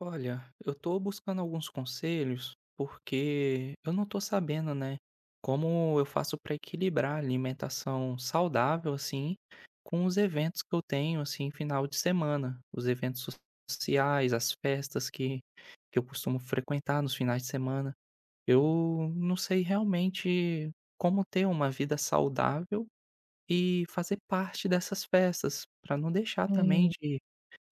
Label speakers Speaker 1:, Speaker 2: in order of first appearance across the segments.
Speaker 1: Olha, eu tô buscando alguns conselhos, porque eu não tô sabendo, né, como eu faço para equilibrar a alimentação saudável, assim, com os eventos que eu tenho, assim, final de semana. Os eventos sociais, as festas que eu costumo frequentar nos finais de semana. Eu não sei realmente como ter uma vida saudável e fazer parte dessas festas, para não deixar também
Speaker 2: Hum,
Speaker 1: de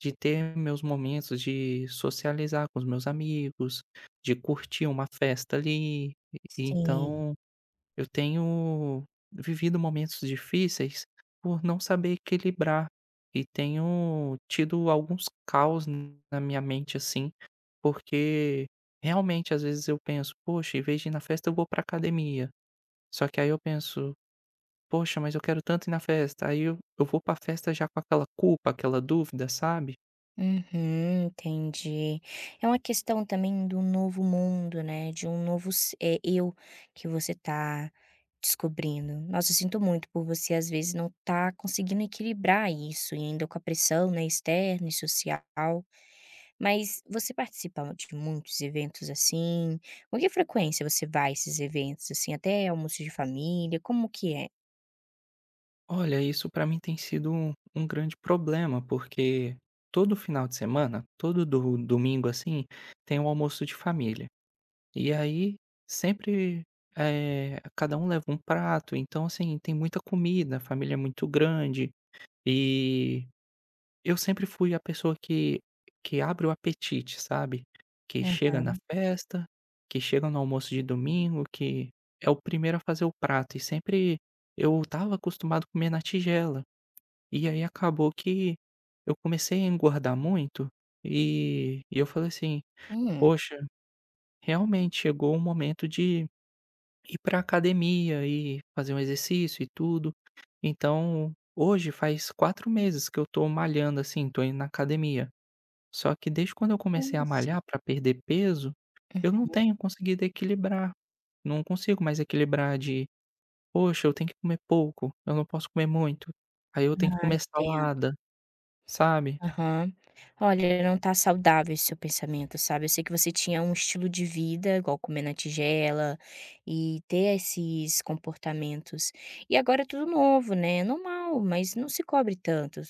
Speaker 1: de ter meus momentos de socializar com os meus amigos, de curtir uma festa ali, e
Speaker 2: sim.
Speaker 1: então eu tenho vivido momentos difíceis por não saber equilibrar e tenho tido alguns caos na minha mente, assim, porque realmente às vezes eu penso: "Poxa, em vez de ir na festa eu vou pra academia". Só que aí eu penso: "Poxa, mas eu quero tanto ir na festa". Aí eu vou pra festa já com aquela culpa, aquela dúvida, sabe?
Speaker 2: Uhum, entendi. É uma questão também do novo mundo, né, de um novo s eh, eu que você tá descobrindo. Nossa, eu sinto muito por você, às vezes, não tá conseguindo equilibrar isso, e ainda com a pressão, né, externa e social. Mas você participa de muitos eventos assim? Com que frequência você vai a esses eventos, assim, até almoço de família, como que é?
Speaker 1: Olha, isso para mim tem sido um grande problema, porque todo final de semana, todo do domingo, assim, tem um almoço de família. E aí sempre, cada um leva um prato, então, assim, tem muita comida, a família é muito grande, e eu sempre fui a pessoa que abre o apetite, sabe. Que
Speaker 2: Ah.
Speaker 1: chega na festa, que chega no almoço de domingo, que é o primeiro a fazer o prato, e sempre eu estava acostumado a comer na tigela. E aí acabou que eu comecei a engordar muito, e eu falei assim:
Speaker 2: Hum.
Speaker 1: "Poxa, realmente chegou o momento de ir para academia e fazer um exercício e tudo". Então, hoje faz 4 meses que eu tô malhando, assim, tô indo na academia. Só que desde quando eu comecei a
Speaker 2: Nossa.
Speaker 1: malhar para perder peso, eu não tenho conseguido equilibrar. Não consigo mais equilibrar de: "Poxa, eu tenho que comer pouco, eu não posso comer muito". Aí eu tenho que
Speaker 2: Ah,
Speaker 1: comer
Speaker 2: entendo.
Speaker 1: salada, sabe?
Speaker 2: Aham. Olha, não tá saudável esse seu pensamento, sabe? Eu sei que você tinha um estilo de vida, igual comer na tigela e ter esses comportamentos. E agora é tudo novo, né? É normal, mas não se cobre tanto.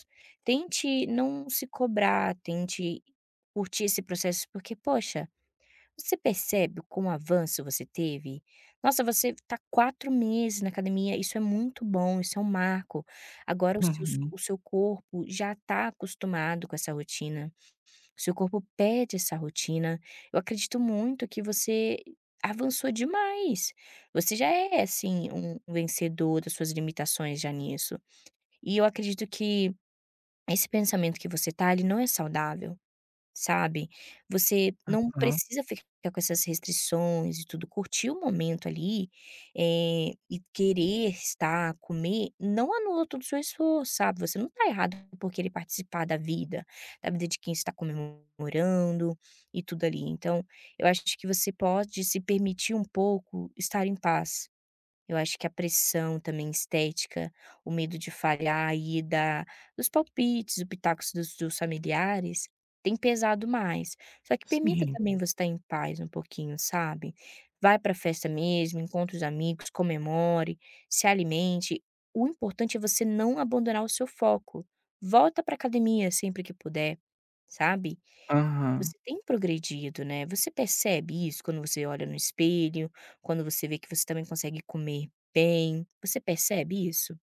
Speaker 2: Tente não se cobrar, tente curtir esse processo, porque, poxa, você percebe o quão avanço você teve? Nossa, você está 4 meses na academia, isso é muito bom, isso é um marco. Agora os seus
Speaker 1: Uhum,
Speaker 2: o seu corpo já está acostumado com essa rotina, o seu corpo pede essa rotina. Eu acredito muito que você avançou demais. Você já é, assim, um vencedor das suas limitações já nisso. E eu acredito que esse pensamento que você tá, ele não é saudável. Sabe, você não
Speaker 1: aham,
Speaker 2: precisa ficar com essas restrições e tudo, curtir o momento ali, e querer estar, comer, não anula todo o seu esforço, sabe. Você não tá errado por querer participar da vida de quem está comemorando e tudo ali. Então, eu acho que você pode se permitir um pouco estar em paz. Eu acho que a pressão também estética, o medo de falhar e da dos palpites, o pitacos dos familiares, tem pesado mais. Só que permita
Speaker 1: sim.
Speaker 2: também você estar em paz um pouquinho, sabe. Vai pra festa mesmo, encontre os amigos, comemore, se alimente. O importante é você não abandonar o seu foco. Volta pra academia sempre que puder, sabe.
Speaker 1: Aham.
Speaker 2: Você tem progredido, né. Você percebe isso quando você olha no espelho, quando você vê que você também consegue comer bem, você percebe isso?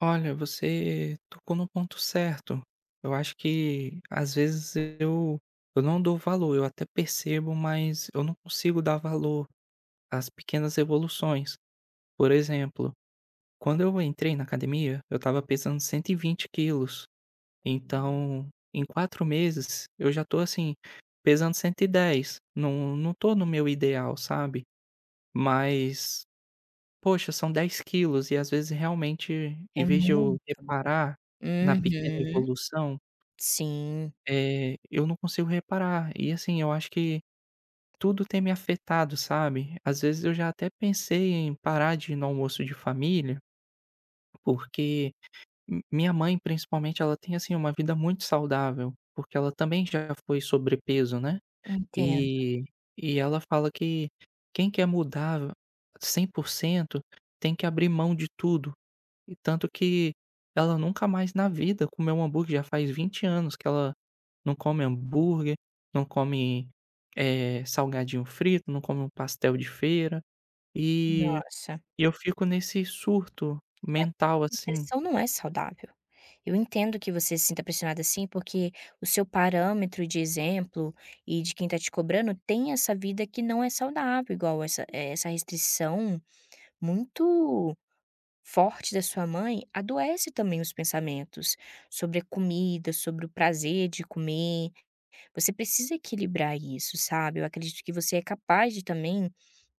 Speaker 1: Olha, você tocou no ponto certo. Eu acho que às vezes eu eu não dou valor, eu até percebo, mas eu não consigo dar valor às pequenas evoluções. Por exemplo, quando eu entrei na academia, eu estava pesando 120 quilos, então em 4 meses eu já tô assim, pesando 110, não tô no meu ideal, sabe. Mas poxa, são 10 quilos e às vezes realmente,
Speaker 2: É
Speaker 1: em vez de eu
Speaker 2: muito.
Speaker 1: reparar na pequena
Speaker 2: Uhum.
Speaker 1: evolução,
Speaker 2: Sim,
Speaker 1: eu não consigo reparar. E assim, eu acho que tudo tem me afetado, sabe. Às vezes eu já até pensei em parar de ir no almoço de família, porque mi minha mãe principalmente, ela tem, assim, uma vida muito saudável, porque ela também já foi sobrepeso, né.
Speaker 2: entendo.
Speaker 1: E e ela fala que quem quer mudar 100% tem que abrir mão de tudo. E tanto que ela nunca mais na vida comeu um hambúrguer, já faz 20 anos que ela não come hambúrguer, não come, salgadinho frito, não come um pastel de feira, e
Speaker 2: Nossa,
Speaker 1: e eu fico nesse surto
Speaker 2: mas
Speaker 1: mental,
Speaker 2: essa
Speaker 1: assim.
Speaker 2: pressão não é saudável. Eu entendo que você se sinta pressionada assim, porque o seu parâmetro de exemplo e de quem está te cobrando tem essa vida que não é saudável, igual essa restrição muito forte da sua mãe adoece também os pensamentos sobre a comida, sobre o prazer de comer. Você precisa equilibrar isso, sabe? Eu acredito que você é capaz de também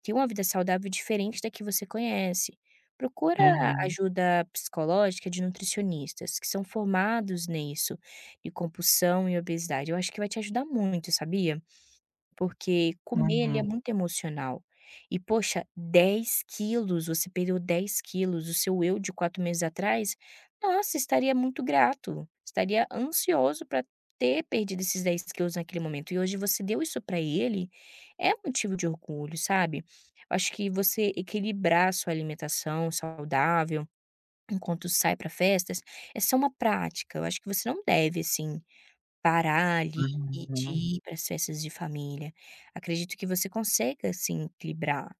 Speaker 2: ter uma vida saudável diferente da que você conhece. Procura
Speaker 1: Uhum,
Speaker 2: ajuda psicológica de nutricionistas que são formados nisso, de compulsão e obesidade. Eu acho que vai te ajudar muito, sabia? Porque comer, ele é
Speaker 1: uhum,
Speaker 2: muito emocional. E poxa, 10 quilos, você perdeu 10 quilos, o seu eu de 4 meses atrás, nossa, estaria muito grato, estaria ansioso para ter perdido esses 10 quilos naquele momento. E hoje você deu isso para ele, é motivo de orgulho, sabe. Acho que você equilibrar a sua alimentação saudável enquanto sai para festas, essa é uma prática, eu acho que você não deve, assim, parar ali e de
Speaker 1: uhum.
Speaker 2: ir para as festas de família. Acredito que você consiga sim equilibrar.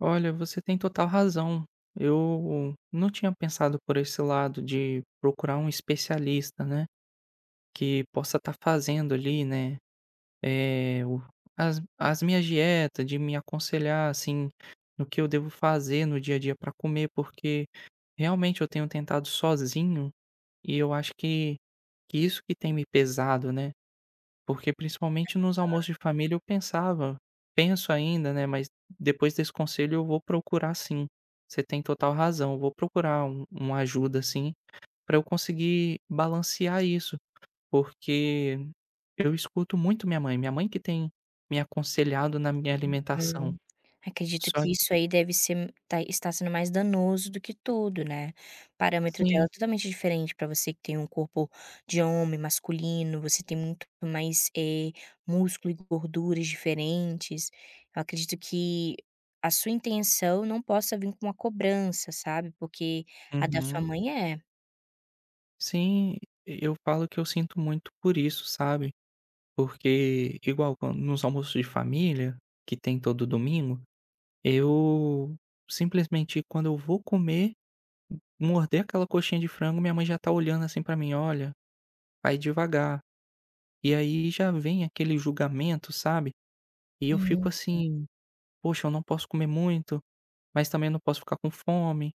Speaker 1: Olha, você tem total razão. Eu não tinha pensado por esse lado de procurar um especialista, né, que possa estar fazendo ali, né, eh, o as minhas dietas, de me aconselhar, assim, no que eu devo fazer no dia a dia para comer, porque realmente eu tenho tentado sozinho e eu acho que isso que tem me pesado, né. Porque principalmente nos almoços de família eu pensava penso ainda, né, mas depois desse conselho eu vou procurar sim. Você tem total razão, eu vou procurar uma ajuda, assim, para eu conseguir balancear isso. Porque eu escuto muito minha mãe, que tem me aconselhado na minha alimentação.
Speaker 2: Hum. Acredito
Speaker 1: Só
Speaker 2: que
Speaker 1: que
Speaker 2: isso aí deve ser tá está sendo mais danoso do que tudo, né. O parâmetro dela
Speaker 1: sim,
Speaker 2: é totalmente diferente para você que tem um corpo de homem masculino, você tem muito mais, músculo e gorduras diferentes. Eu acredito que a sua intenção não possa vir com uma cobrança, sabe, porque a da sua
Speaker 1: uhum.
Speaker 2: mãe é.
Speaker 1: Sim, eu falo que eu sinto muito por isso, sabe. Porque igual quan nos almoços de família, que tem todo domingo, eu simplesmente quando eu vou comer, morder aquela coxinha de frango, minha mãe já tá olhando assim pra mim: "Olha, vai devagar". E aí já vem aquele julgamento, sabe. E eu
Speaker 2: Hum.
Speaker 1: fico assim: "Poxa, eu não posso comer muito, mas também não posso ficar com fome".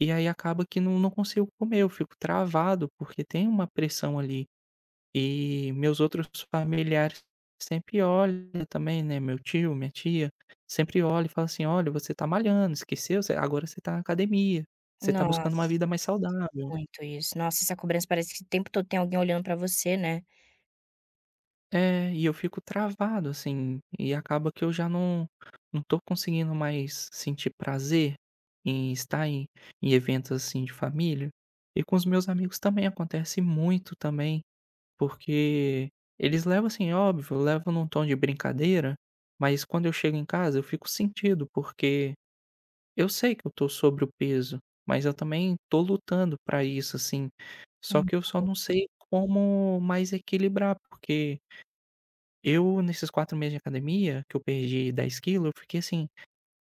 Speaker 1: E aí acaba que não, não consigo comer, eu fico travado, porque tem uma pressão ali. E meus outros familiares sempre olham também, né? Meu tio, minha tia, sempre olha e fala assim: "Olha, você tá malhando, esqueceu? Agora você tá na academia, você tá buscando uma
Speaker 2: Nossa.
Speaker 1: vida mais saudável".
Speaker 2: Muito isso. Nossa, essa cobrança parece que o tempo todo tem alguém olhando pra você, né.
Speaker 1: É, e eu fico travado, assim, e acaba que eu já não tô conseguindo mais sentir prazer em estar em eventos, assim, de família. E com os meus amigos também acontece muito também, porque eles levam, assim, óbvio, levam num tom de brincadeira, mas quando eu chego em casa eu fico sentido, porque eu sei que eu tô sobre o peso, mas eu também tô lutando pra isso, assim, só
Speaker 2: Uhum.
Speaker 1: que eu só não sei como mais equilibrar, porque eu, nesses 4 meses de academia, que eu perdi 10 quilos, eu fiquei, assim,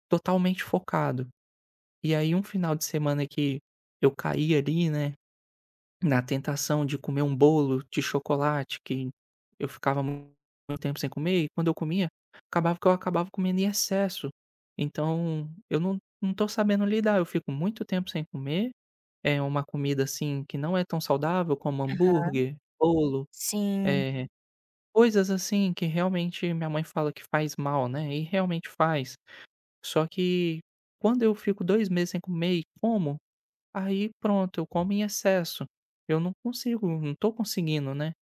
Speaker 1: totalmente focado. E aí, um final de semana que eu caí ali, né, na tentação de comer um bolo de chocolate, que eu ficava muito tempo sem comer, e quando eu comia, acabava que eu acabava comendo em excesso. Então, eu não tô sabendo lidar, eu fico muito tempo sem comer, é uma comida, assim, que não é tão saudável, como
Speaker 2: Aham.
Speaker 1: hambúrguer, bolo,
Speaker 2: Sim.
Speaker 1: eh Coisas assim que realmente minha mãe fala que faz mal, né, e realmente faz. Só que quando eu fico 2 meses sem comer e como, aí pronto, eu como em excesso. Eu não consigo, não tô conseguindo, né,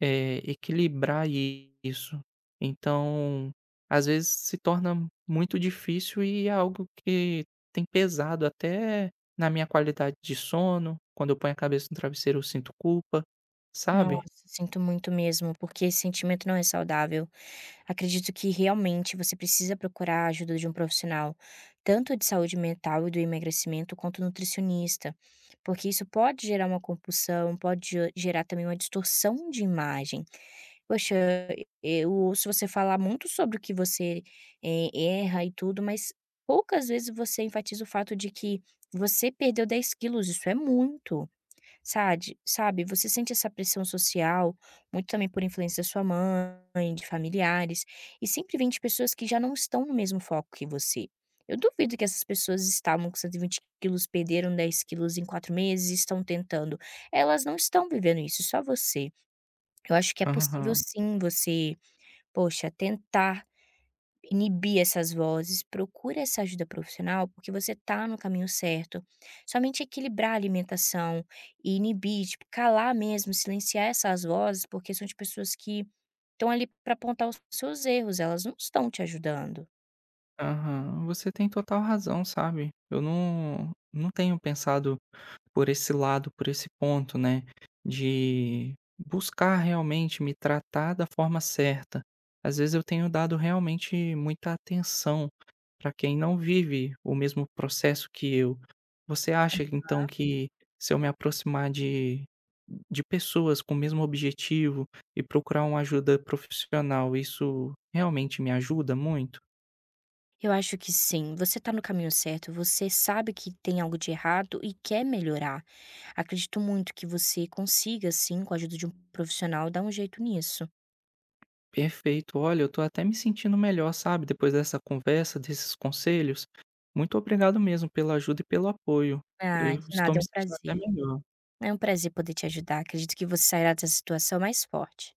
Speaker 1: equilibrar isso. Então, às vezes se torna muito difícil e é algo que tem pesado até na minha qualidade de sono. Quando eu ponho a cabeça no travesseiro eu sinto culpa,
Speaker 2: Nossa,
Speaker 1: sabe?
Speaker 2: sinto muito mesmo, porque esse sentimento não é saudável. Acredito que realmente você precisa procurar a ajuda de um profissional, tanto de saúde mental e do emagrecimento, quanto nutricionista, porque isso pode gerar uma compulsão, pode ge gerar também uma distorção de imagem. Poxa, eu ouço você falar muito sobre o que você, erra e tudo, mas poucas vezes você enfatiza o fato de que você perdeu 10 quilos, isso é muito, sabe? Você sente essa pressão social, muito também por influência da sua mãe, de familiares, e sempre vem de pessoas que já não estão no mesmo foco que você. Eu duvido que essas pessoas estavam com 120 quilos, perderam 10 quilos em 4 meses e estão tentando. Elas não estão vivendo isso, só você. Eu acho que é possível
Speaker 1: Aham.
Speaker 2: sim você, poxa, tentar inibir essas vozes, procura essa ajuda profissional, porque você tá no caminho certo. Somente equilibrar a alimentação e inibir, tipo, calar mesmo, silenciar essas vozes, porque são de pessoas que estão ali para apontar os seus erros, elas não estão te ajudando.
Speaker 1: Aham, você tem total razão, sabe. Eu não tenho pensado por esse lado, por esse ponto, né, de buscar realmente me tratar da forma certa. Às vezes eu tenho dado realmente muita atenção para quem não vive o mesmo processo que eu. Você acha então que se eu me aproximar de pessoas com o mesmo objetivo e procurar uma ajuda profissional, isso realmente me ajuda muito?
Speaker 2: Eu acho que sim, você tá no caminho certo, você sabe que tem algo de errado e quer melhorar. Acredito muito que você consiga, sim, com a ajuda de um profissional, dar um jeito nisso.
Speaker 1: Perfeito. Olha, eu tô até me sentindo melhor, sabe, depois dessa conversa, desses conselhos. Muito obrigado mesmo pela ajuda e pelo apoio.
Speaker 2: Ah,
Speaker 1: Eu
Speaker 2: de
Speaker 1: estou
Speaker 2: nada, é
Speaker 1: me
Speaker 2: um
Speaker 1: sentindo
Speaker 2: prazer.
Speaker 1: até melhor.
Speaker 2: É um prazer poder te ajudar. Acredito que você sairá dessa situação mais forte.